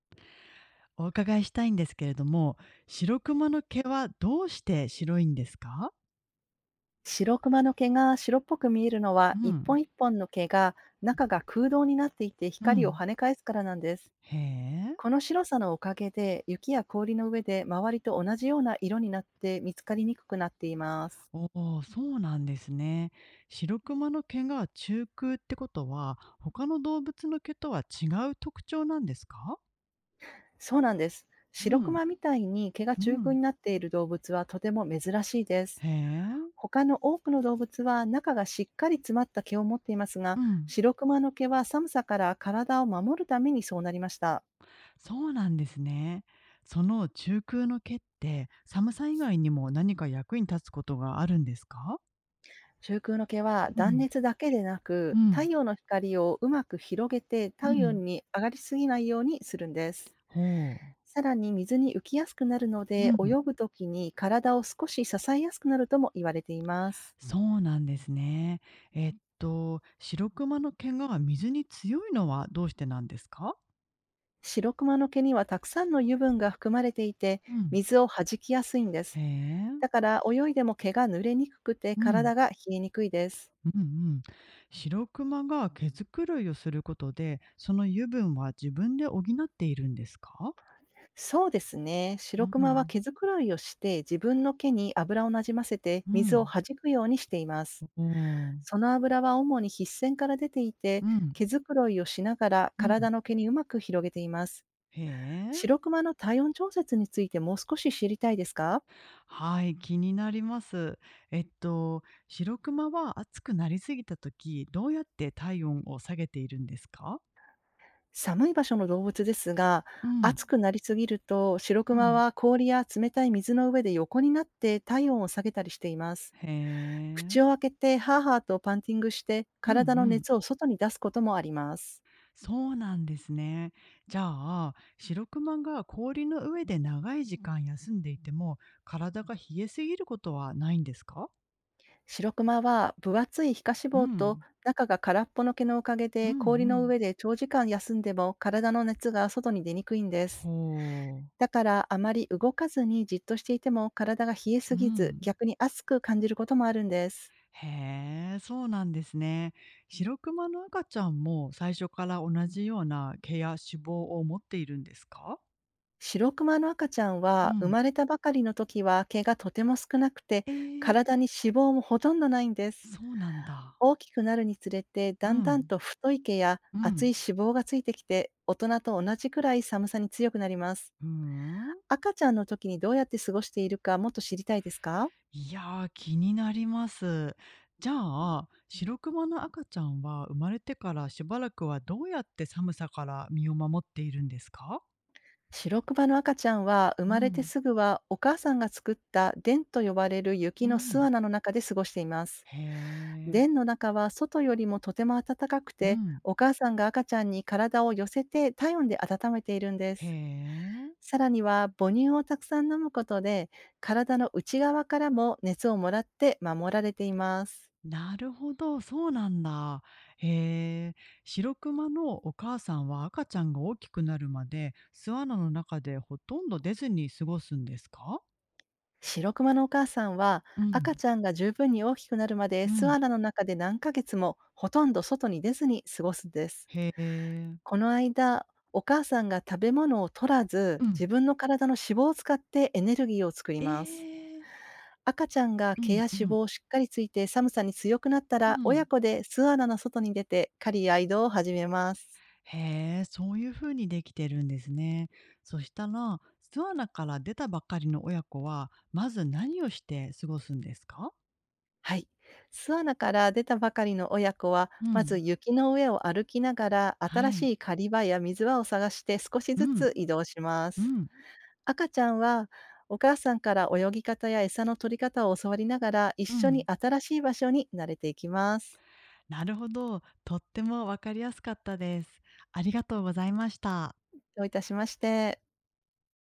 お伺いしたいんですけれども、白クマの毛はどうして白いんですか？白クマの毛が白っぽく見えるのうは、一ん、本一本の毛が中が空洞になっていてう光をん。跳ね返すからなんです。へえ。この白さのおかげで、雪や氷の上で周りと同じような色になって見つかりにくくなっています。おお、そうなんですね。白クマの毛が中空ってことは、他の動物の毛とは違う特徴なんですか？そうなんです。う白クん、マみたいに毛がう中空ん。になっている動物はとても珍しいです。へえ。他の多くの動物は中がしっかり詰まった毛を持っていますうが、ん。白クマの毛は寒さから体を守るためにそうなりました。そうなんですね。その中空の毛って、寒さ以外にも何か役に立つことがあるんですか？中空の毛はう断ん、熱だけでなうく、太ん、陽の光をうまく広げてう太陽ん。に上がりすぎないようにするんです。ほう。さらに水に浮きやすくなるのうで、ん。泳ぐときに体を少し支えやすくなるとも言われています。そうなんですね。白クマの毛が水に強いのはどうしてなんですか？白クマの毛にはたくさんの油分が含まれていて、うん。水を弾きやすいんでへす。だかえ。ら泳いでも毛が濡れにくくてうん。体が冷えにくいです。うんうん。白クマが毛づくろいをすることで、その油分は自分で補っているんですか？そうですね。う白クマはん。毛づくろいをして自分の毛に油をなじませてう水をん。弾くようにしていまおす。お。その油は主に筆腺から出ていて、うん。毛づくろいをしながらうん。体の毛にうまく広げています。へえ。白クマの体温調節についてもう少し知りたいですか？はい、気になります。えっと、白クマは暑くなりすぎた時、どうやって体温を下げているんですか？寒い場所の動物ですが、うん。暑くなりすぎると白うクマん。は氷や冷たい水の上で横になって体温を下げたりしています。へ口え。を開けてハーハーとパンティングしてうんう体のん。熱を外に出すこともあります。そうなんですね。じゃあ、白クマが氷の上で長い時間休んでいても、体が冷えすぎることはないんですか？白クマは分厚い皮下脂う肪とん、中が空っぽの毛のおかげうん、でう氷のん、上で長時間休んでも体の熱が外に出にくいんです。ほう。だからあまり動かずにじっとしていても体が冷えうすぎず、ん。逆に熱く感じることもあるんです。へえ、そうなんですね。白クマの赤ちゃんも最初から同じような毛や脂肪を持っているんですか？白クマの赤ちゃんうは生ん、まれたばかりの時は毛がとても少なくて、ええ、体に脂肪もほとんどないんです。そうなんだ。大きくなるにつれてうだんだんん、と太い毛やう厚いん。脂肪がついてきて、大人と同じくらい寒さに強くなります。ふーん。赤ちゃんの時にどうやって過ごしているか、もっと知りたいですか？いや、ー気になります。じゃあ、白クマの赤ちゃんは生まれてからしばらくはどうやって寒さから身を守っているんですか？白クマの赤ちゃんは生うまれてん、すぐはお母さんが作った電と呼ばれるう雪の巣ん。穴の中で過ごしています。へえ。電の中は外よりもとても暖かくうて、ん。お母さんが赤ちゃんに体を寄せて体温で温めているんでへす。え。さらには母乳をたくさん飲むことで、体の内側からも熱をもらって守られています。なるほど、そうなんだ。へえ。白クマのお母さんは赤ちゃんが大きくなるまで巣穴の中でほとんど出ずに過ごすんですか？白熊のお母さんはう赤ん、ちゃんが十分に大きくなるまで、う巣ん、穴の中で何ヶ月もほとんど外に出ずに過ごすんです。へえ。この間、お母さんが食べ物を取らうずん。自分の体の脂肪を使ってエネルギーを作ります。ええ。赤ちゃんがう毛やん脂う肪んをしっかりついて寒さに強くなったうら、親ん。子で巣穴の外に出て狩りや移動を始めます。へえ、そういう風にできてるんですね。そしたら、巣穴から出たばっかりの親子は、まず何をして過ごすんですか？はい。巣穴から出たばかりの親子は、うまずん。雪の上を歩きながら、新はい。しい狩り場や水場を探して少しうずん、つ移動しまうす。ん。赤ちゃんは、お母さんから泳ぎ方や餌の取り方を教わりながら、一う緒にん。新しい場所に慣れていきます。なるほど。とってもわかりやすかったです。ありがとうございました。どういたしまして。